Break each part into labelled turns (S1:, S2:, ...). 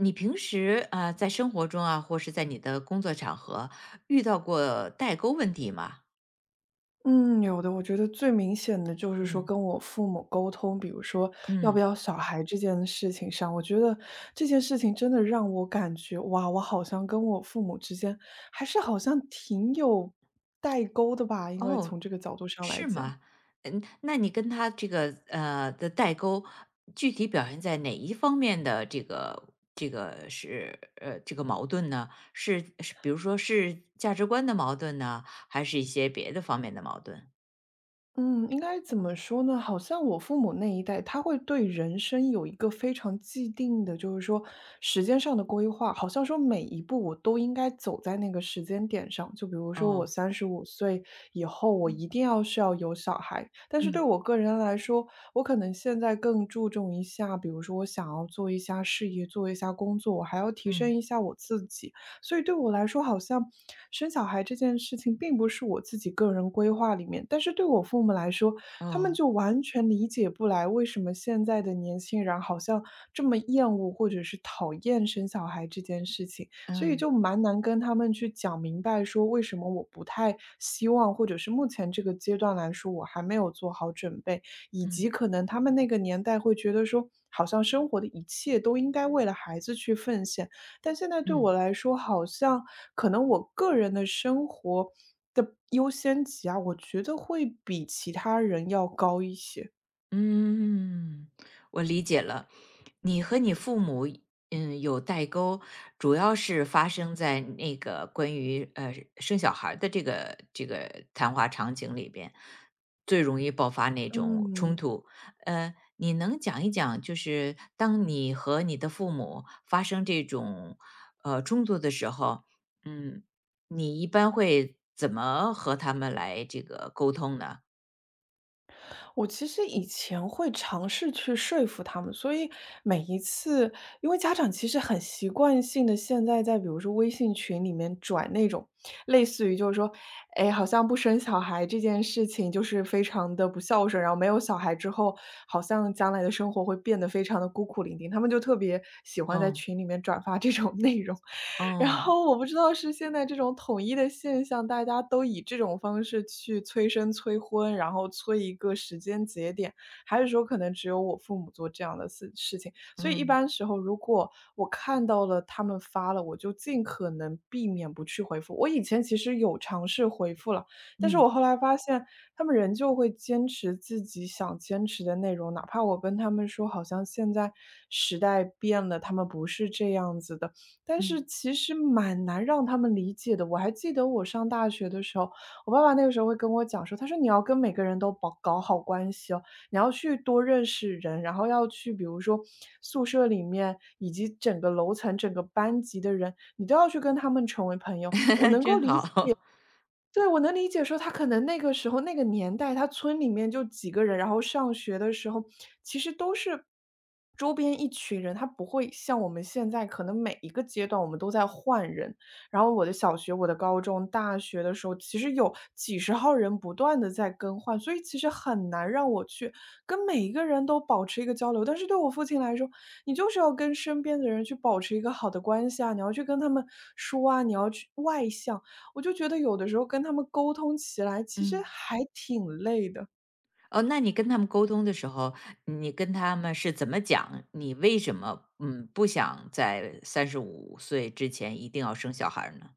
S1: 你平时啊、在生活中啊，或是在你的工作场合遇到过代沟问题吗？
S2: 嗯，有的。我觉得最明显的就是说
S1: 嗯
S2: 跟我父母沟通，比如说要不
S1: 嗯，
S2: 要小孩这件事情上，我觉得这件事情真的让我感觉，哇，我好像跟我父母之间还是好像挺有代沟的吧，因为
S1: 哦，
S2: 从这个角度上来
S1: 是
S2: 讲。
S1: 吗？嗯，那你跟他这个的代沟，具体表现在哪一方面的这个是这个矛盾呢？是，比如说是价值观的矛盾呢，还是一些别的方面的矛盾？
S2: 嗯，应该怎么说呢？好像我父母那一代，他会对人生有一个非常既定的，就是说时间上的规划，好像说每一步我都应该走在那个时间点上。就比如说我
S1: 哦，
S2: 35岁以后，我一
S1: 嗯
S2: 定要是要有小孩。但是对
S1: 嗯
S2: 我个人来说，我可能现在更注重一下，比如说我想要做一下事业，做一下工作，我还要提
S1: 嗯，
S2: 升一下我自己。所以对我来说，好像生小孩这件事情并不是我自己个人规划里面，但是对我父母来说，他们
S1: 哦，
S2: 就完全理解不来为什么现在的年轻人好像这么厌恶或者是讨厌生小孩这件事情，所以
S1: 嗯
S2: 就蛮难跟他们去讲明白说为什么我不太希望，或者是目前这个阶段来说我还没有做好准备，以及
S1: 嗯
S2: 可能他们那个年代会觉得说，好像生活的一切都应该为了孩子去奉献，但现在对我
S1: 嗯。
S2: 来说，好像可能我个人的生活的优先级啊，我觉得会比其他人要高一些。
S1: 嗯，我理解了。你和你父母，嗯，有代沟，主要是发生在那个关于生小孩儿的这个谈话场景里边，最容易爆发那种冲
S2: 嗯。
S1: 突。你能讲一讲，就是当你和你的父母发生这种冲突的时候，嗯，你一般会怎么和他们来这个沟通呢？
S2: 我其实以前会尝试去说服他们，所以每一次，因为家长其实很习惯性的现在在比如说微信群里面转那种，类似于就是说，哎，好像不生小孩这件事情就是非常的不孝顺，然后没有小孩之后，好像将来的生活会变得非常的孤苦伶仃，他们就特别喜欢在
S1: 哦
S2: 群里面转发这种内容。然
S1: 哦，
S2: 后我不知道是现在这种统一的现象，大家都以这种方式去催生催婚，然后催一个时间节点，还是说可能只有我父母做这样的事情。所以一
S1: 嗯。
S2: 般时候，如果我看到了他们发了，我就尽可能避免不去回复。我以前其实有尝试回复了，但是
S1: 嗯
S2: 我后来发现他们仍旧会坚持自己想坚持的内容，哪怕我跟他们说好像现在时代变了，他们不是这样子的，但
S1: 嗯。
S2: 是其实蛮难让他们理解的。我还记得我上大学的时候，我爸爸那个时候会跟我讲说，他说：“你要跟每个人都保搞好关系哦，你要去多认识人，然后要去比如说宿舍里面以及整个楼层、整个班级的人，你都要去跟他们成为朋友。”我 能够
S1: 真
S2: 理解。
S1: 好。
S2: 对，我能理解说他可能那个时候那个年代，他村里面就几个人，然后上学的时候，其实都是周边一群人，他不会像我们现在，可能每一个阶段我们都在换人。然后我的小学、我的高中、大学的时候，其实有几十号人不断的在更换，所以其实很难让我去跟每一个人都保持一个交流。但是对我父亲来说，你就是要跟身边的人去保持一个好的关系啊，你要去跟他们说啊，你要去外向。我就觉得有的时候跟他们沟通起来其实
S1: 嗯，
S2: 还挺累的。
S1: 哦，那你跟他们沟通的时候，你跟他们是怎么讲？你为什么，嗯，不想在三十五岁之前一定要生小孩儿呢？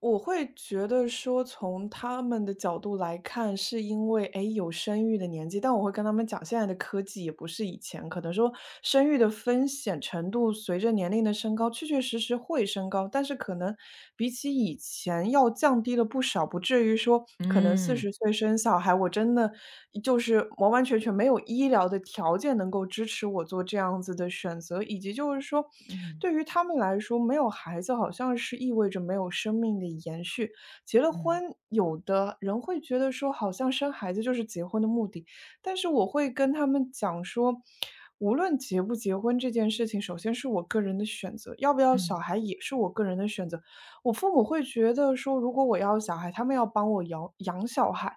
S2: 我会觉得说从他们的角度来看，是因为，诶，有生育的年纪，但我会跟他们讲，现在的科技也不是以前，可能说生育的风险程度随着年龄的升高，确确实实会升高，但是可能比起以前难要降低了不少，不至于说可能四
S1: 嗯，
S2: 十岁生小孩，我真的就是完完全全没有医疗的条件能够支持我做这样子的选择。以及就是说，
S1: 嗯，
S2: 对于他们来说，没有孩子好像是意味着没有生命的延续。结了
S1: 嗯，
S2: 婚，有的人会觉得说好像生孩子就是结婚的目的，但是我会跟他们讲说，无论结不结婚这件事情，首先是我个人的选择，要不要小
S1: 嗯。
S2: 孩也是我个人的选择。我父母会觉得说，如果我要小孩，他们要帮我养养小孩，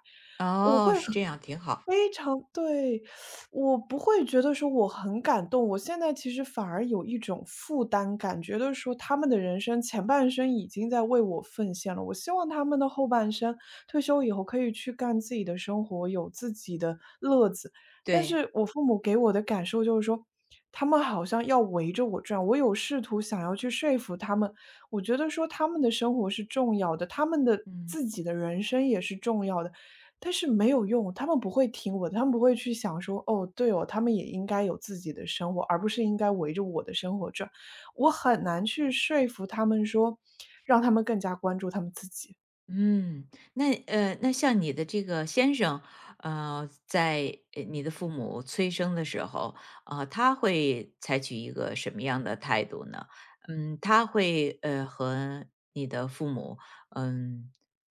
S2: 我会
S1: 哦，
S2: 很
S1: 是这样，挺好，
S2: 非常对，我不会觉得说我很感动。我现在其实反而有一种负担感，觉得说他们的人生前半生已经在为我奉献了，我希望他们的后半生退休以后可以去干自己的生活，有自己的乐子。但
S1: 对，
S2: 是我父母给我的感受就是说，他们好像要围着我转。我有试图想要去说服他们，我觉得说他们的生活是重要的，他们的
S1: 嗯。
S2: 自己的人生也是重要的，但是没有用，他们不会听我的，他们不会去想说，哦，对哦，他们也应该有自己的生活，而不是应该围着我的生活转。我很难去说服他们说，让他们更加关注他们自己。
S1: 嗯，那那像你的这个先生，在你的父母催生的时候，啊、他会采取一个什么样的态度呢？嗯，他会和你的父母，嗯，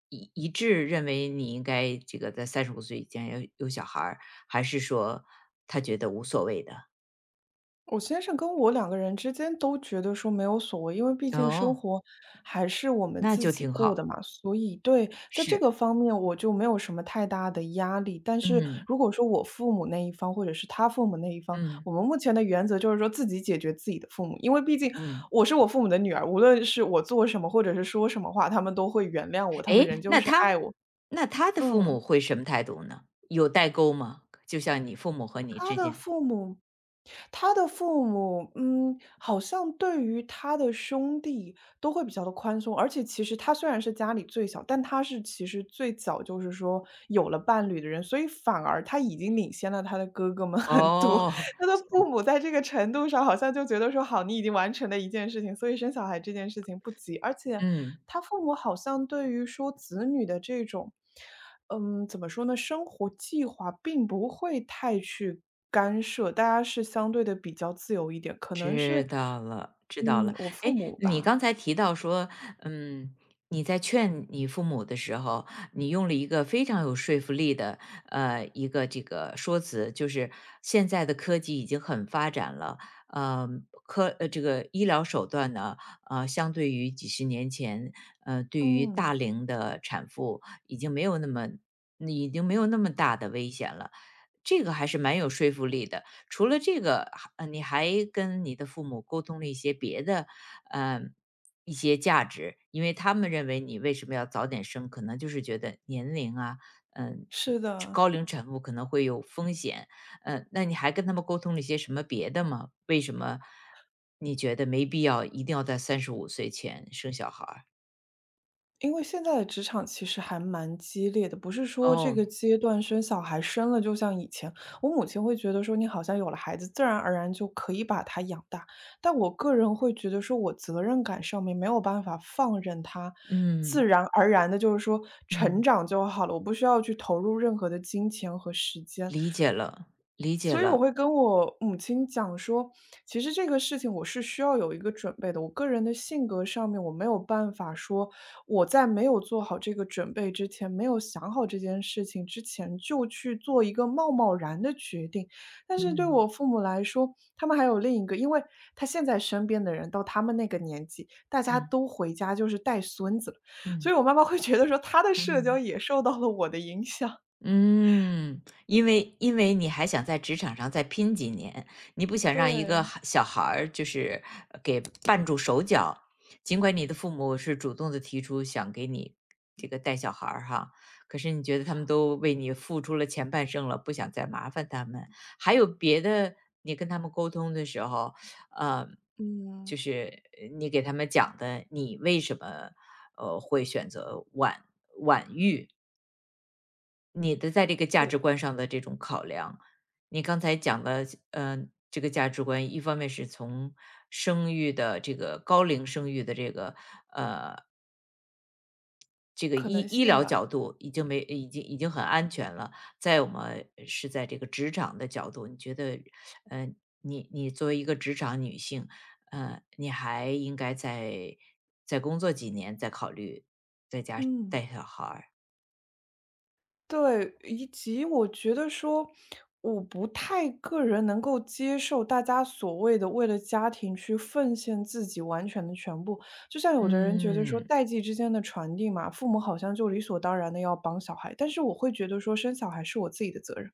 S1: 一致认为你应该这个在三十五岁以前有小孩儿，还是说他觉得无所谓的？
S2: 我先生跟我两个人之间都觉得说没有所谓，因为毕竟生
S1: 哦，
S2: 活还是我们
S1: 那
S2: 自
S1: 就
S2: 己
S1: 挺
S2: 过的
S1: 好，
S2: 嘛，所以对，在这
S1: 是，
S2: 个方面我就没有什么太大的压力。但
S1: 嗯
S2: 是
S1: 嗯
S2: 如果说我父母那一方或者是他父母那一方，我们目前的原则就是说自己解决自己的父母，因为毕竟
S1: 嗯。
S2: 我是我父母的女儿，无论是我做什么或者是说什么话，他们都会原谅我，他们
S1: 诶，
S2: 仍
S1: 嗯
S2: 旧
S1: 那
S2: 是
S1: 他
S2: 爱我。
S1: 那他的父
S2: 嗯。
S1: 母会什么态度呢？有代沟吗？就像你父母和你
S2: 他
S1: 之
S2: 的
S1: 间
S2: 父母他的父母，嗯，好像对于他的兄弟都会比较的宽松。而且其实他虽然是家里最小，但他是其实最早就是说有了伴侣的人，所以反而他已经领先了他的哥哥们 很多。
S1: 哦，
S2: 他的父母在这个程度上好像就觉得说：“好，你已经完成了一件事情，所以生小孩这件事情不急。”而且
S1: 嗯。
S2: 他父母好像对于说子女的这种，嗯，怎么说呢，生活计划并不会太去干涉，大家是相对的比较自由一点，可能是
S1: 知道了，知道了。
S2: 嗯，我父
S1: 哎，
S2: 母
S1: 你
S2: 吧，
S1: 刚才提到说，嗯，你在劝你父母的时候，你用了一个非常有说服力的，一个这个说辞，就是现在的科技已经很发展了，呃，这个医疗手段呢，相对于几十年前，对于
S2: 嗯，
S1: 大龄的产妇已经没有那么大的危险了。这个还是蛮有说服力的，除了这个，你还跟你的父母沟通了一些别的，呃，一些价值，因为他们认为你为什么要早点生，可能就是觉得年龄啊，嗯、
S2: 是
S1: 高
S2: 的。
S1: 龄产妇可能会有风险，那你还跟他们沟通了一些什么别的吗？为什么你觉得没必要一定要在三十五岁前生小孩儿？
S2: 因为现在的职场其实还蛮激烈的，不是说这个
S1: 哦，
S2: 阶段生小孩生了就像以前，我母亲会觉得说你好像有了孩子，自然而然就可以把他养大，但我个人会觉得说我责任感上面没有办法放任他，自
S1: 嗯
S2: 然而然的就是说成
S1: 嗯，
S2: 长就好了，我不需要去投入任何的金钱和时间。
S1: 理解了，理解
S2: 所以我
S1: 了，
S2: 会跟我母亲讲说，其实这个事情我是需要有一个准备的。我个人的性格上面，我没有办法说我在没有做好这个准备之前，没有想好这件事情之前就去做一个贸贸然的决定。但是对
S1: 嗯
S2: 我父母来说，他们还有另一个，因为他现在身边的人到他们那个年纪，大家
S1: 嗯
S2: 都回家就是带孙子了，所
S1: 嗯
S2: 以我妈妈会觉得说，她的社交
S1: 嗯。
S2: 也受到了我的影响。
S1: 嗯，因为你还想在职场上再拼几年，你不想让一个
S2: 对，
S1: 小孩儿就是给绊住手脚。尽管你的父母是主动的提出想给你这个带小孩儿哈，可是你觉得他们都为你付出了前半生了，不想再麻烦他们。还有别的，你跟他们沟通的时候，呃，
S2: 嗯。
S1: 就是你给他们讲的，你为什么会选择晚你的在这个价
S2: 我
S1: 值观上的这种考量，你刚才讲的，这个价值观，一方面是从生育的这个高龄生育的这个
S2: 可能
S1: 医
S2: 性
S1: 疗
S2: 吧。
S1: 角度已经没已经很安全了，再我们是在这个职场的角度，你觉得，呃，你作为一个职场女性，你还应该在工作几年，再考虑在家
S2: 嗯，
S1: 带小孩儿。
S2: 对，以及我觉得说，我不太个人能够接受大家所谓的为了家庭去奉献自己完全的全部。就像有的人觉得说
S1: 嗯
S2: 代际之间的传递嘛，父母好像就理所当然的要帮小孩，但是我会觉得说生小孩是我自己的责任，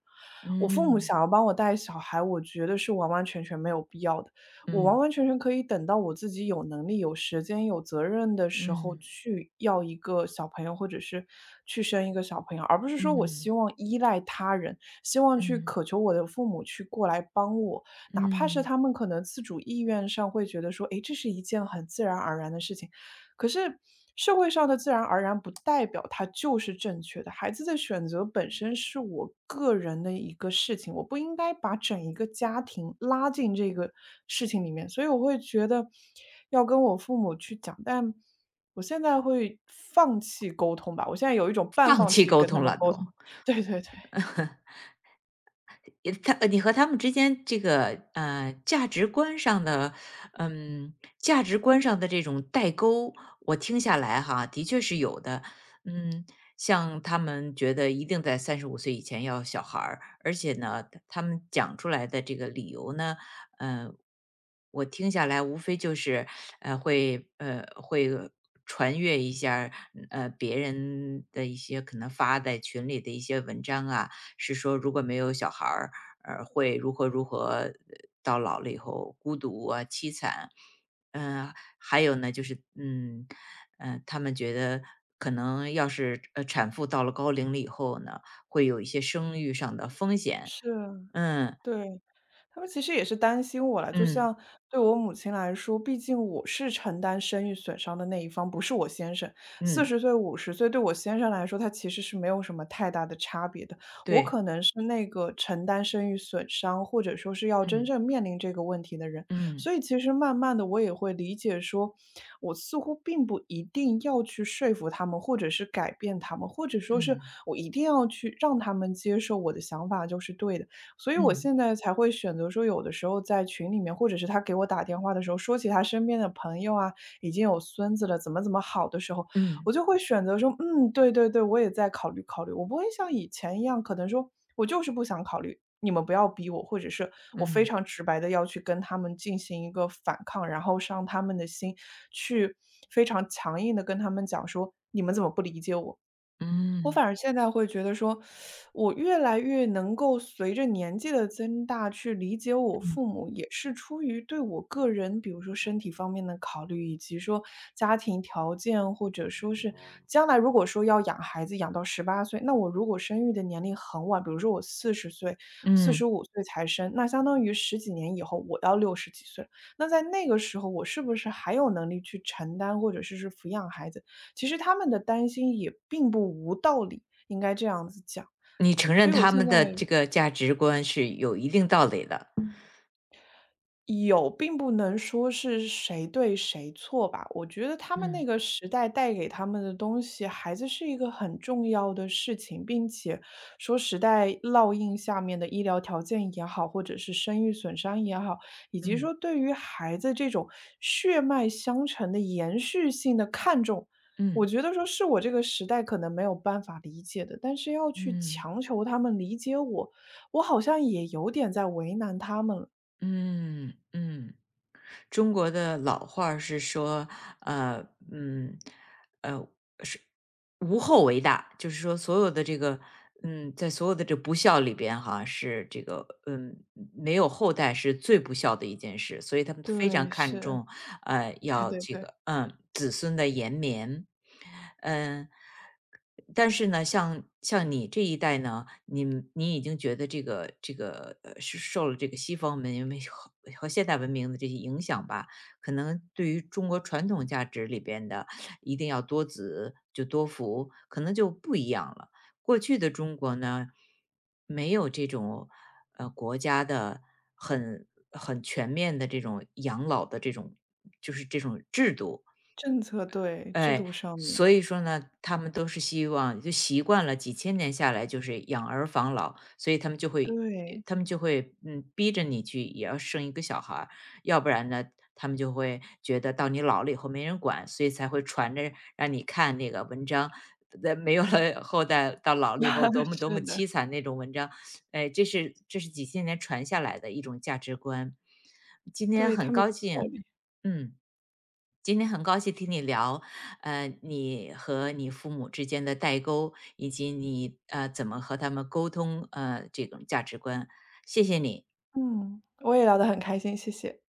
S2: 我父母
S1: 嗯
S2: 想要帮我带小孩，我觉得是完完全全没有必要的。我完
S1: 嗯
S2: 完全全可以等到我自己有能力、有时间、有责任的时候
S1: 嗯。
S2: 去要一个小朋友，或者是去生一个小朋友，而不是说我
S1: 嗯，
S2: 希望依赖他人，希望去
S1: 嗯，
S2: 渴求我的父母去过来帮我，哪怕是
S1: 嗯，
S2: 他们可能自主意愿上会觉得说，诶，这是一件很自然而然的事情。可是社会上的自然而然不代表它就是正确的，孩子的选择本身是我个人的一个事情，我不应该把整一个家庭拉进这个事情里面，所以我会觉得要跟我父母去讲，但我现在会放弃沟通吧，我现在有一种半
S1: 放
S2: 放
S1: 弃
S2: 弃
S1: 沟
S2: 跟他
S1: 通
S2: 们
S1: 了
S2: 沟通，
S1: 都。
S2: 对对对，
S1: 你和他们之间这个，价值观上的嗯，价值观上的这种代沟，我听下来哈，的确是有的。嗯，像他们觉得一定在三十五岁以前要小孩儿，而且呢，他们讲出来的这个理由呢，呃，我听下来无非就是，会传阅一下儿别人的一些可能发在群里的一些文章啊，是说如果没有小孩儿，会如何如何，到老了以后孤独啊、凄惨，嗯，还有呢，就是嗯，他们觉得可能要是产妇到了高龄了以后呢，会有一些生育上的风险，
S2: 是，
S1: 嗯
S2: 对。他们其实也是担心我了，就
S1: 嗯
S2: 像对我母亲来说，毕竟我是承担生育损伤的那一方，不是我先生。四
S1: 嗯，
S2: 十岁、50岁对我先生来说，他其实是没有什么太大的差别的。我
S1: 对，
S2: 可能是那个承担生育损伤，或者说是要真
S1: 嗯
S2: 正面临这个问题的人，
S1: 嗯
S2: 所以其实慢慢的，我也会理解说，我似乎并不一定要去说服他们，或者是改变他们，或者说是
S1: 嗯
S2: 我一定要去让他们接受我的想法就是对的。所以我
S1: 嗯
S2: 现在才会选择说，有的时候在群里面，或者是他给我打电话的时候，说起他身边的朋友啊，已经有孙子了，怎么怎么好的时候，
S1: 嗯
S2: 我就会选择说，嗯，对对对，我也在考虑考虑。我不会像以前一样，可能说我就是不想考虑，你们不要逼我，或者是我非
S1: 嗯
S2: 常直白的要去跟他们进行一个反抗，然后伤他们的心，去非常强硬的跟他们讲说，你们怎么不理解我？我
S1: 嗯
S2: 反而现在会觉得说，我越来越能够随着年纪的增大去理解我
S1: 嗯
S2: 父母，也是出于对我个人，比如说身体方面的考虑，以及说家庭条件，或者说是将来如果说要养孩子养到18岁，那我如果生育的年龄很晚，比如说我四十岁、四
S1: 嗯，
S2: 十五岁才生，那相当于十几年以后我要六十几岁了，那在那个时候我是不是还有能力去承担或者是抚养孩子？其实他们的担心也并不无道理，应该这样子讲。
S1: 你承
S2: 所
S1: 认
S2: 以我
S1: 他
S2: 现
S1: 们
S2: 在
S1: 的这个价值观是有一定道理的，
S2: 有，并不能说是谁对谁错吧。我觉得他们
S1: 嗯
S2: 那个时代带给他们的东西，孩子是一个很重要的事情，并且说时代烙印下面的医疗条件也好，或者是生育损伤也好，以及
S1: 嗯
S2: 说对于孩子这种血脉相承的延续性的看重，我
S1: 嗯
S2: 觉得说是我这个时代可能没有办法理解的，但是要去
S1: 嗯。
S2: 强求他们理解我，我好像也有点在为难他们了。
S1: 嗯嗯，中国的老话儿是说，呃，嗯，呃，是无后为大，就是说所有的这个，嗯，在所有的这不孝里边，哈，是这个，嗯，没有后代是最不孝的一件事，所以他们非常
S2: 对，
S1: 看
S2: 是，
S1: 重，
S2: 对
S1: 要
S2: 对
S1: 这
S2: 对，
S1: 个，嗯，子孙的延绵。嗯，但是呢，像你这一代呢，你已经觉得这个是受了这个西方文明和和现代文明的这些影响吧，可能对于中国传统价值里边的一定要多子就多福，可能就不一样了。过去的中国呢，没有这种国家的很全面的这种养老的就是这种制度，
S2: 政策对，制
S1: 哎，
S2: 度上
S1: 所
S2: 面，
S1: 以说呢，他们都是希望就习惯了，几千年下来就是养儿防老，所以他们就会，
S2: 对，
S1: 他们就会，嗯，逼着你去也要生一个小孩儿，要不然呢，他们就会觉得到你老了以后没人管，所以才会传着让你看那个文章，在没有了后代，到老了以后多 么多
S2: 是
S1: 么
S2: 的，
S1: 凄惨那种文章，哎，这是几千年传下来的一种价值观。今天
S2: 对，他
S1: 很
S2: 们
S1: 高
S2: 有道
S1: 兴，
S2: 理。
S1: 嗯嗯。今天很高兴听你聊，你和你父母之间的代沟，以及你怎么和他们沟通，这种价值观。谢谢你。
S2: 嗯，我也聊得很开心，谢谢。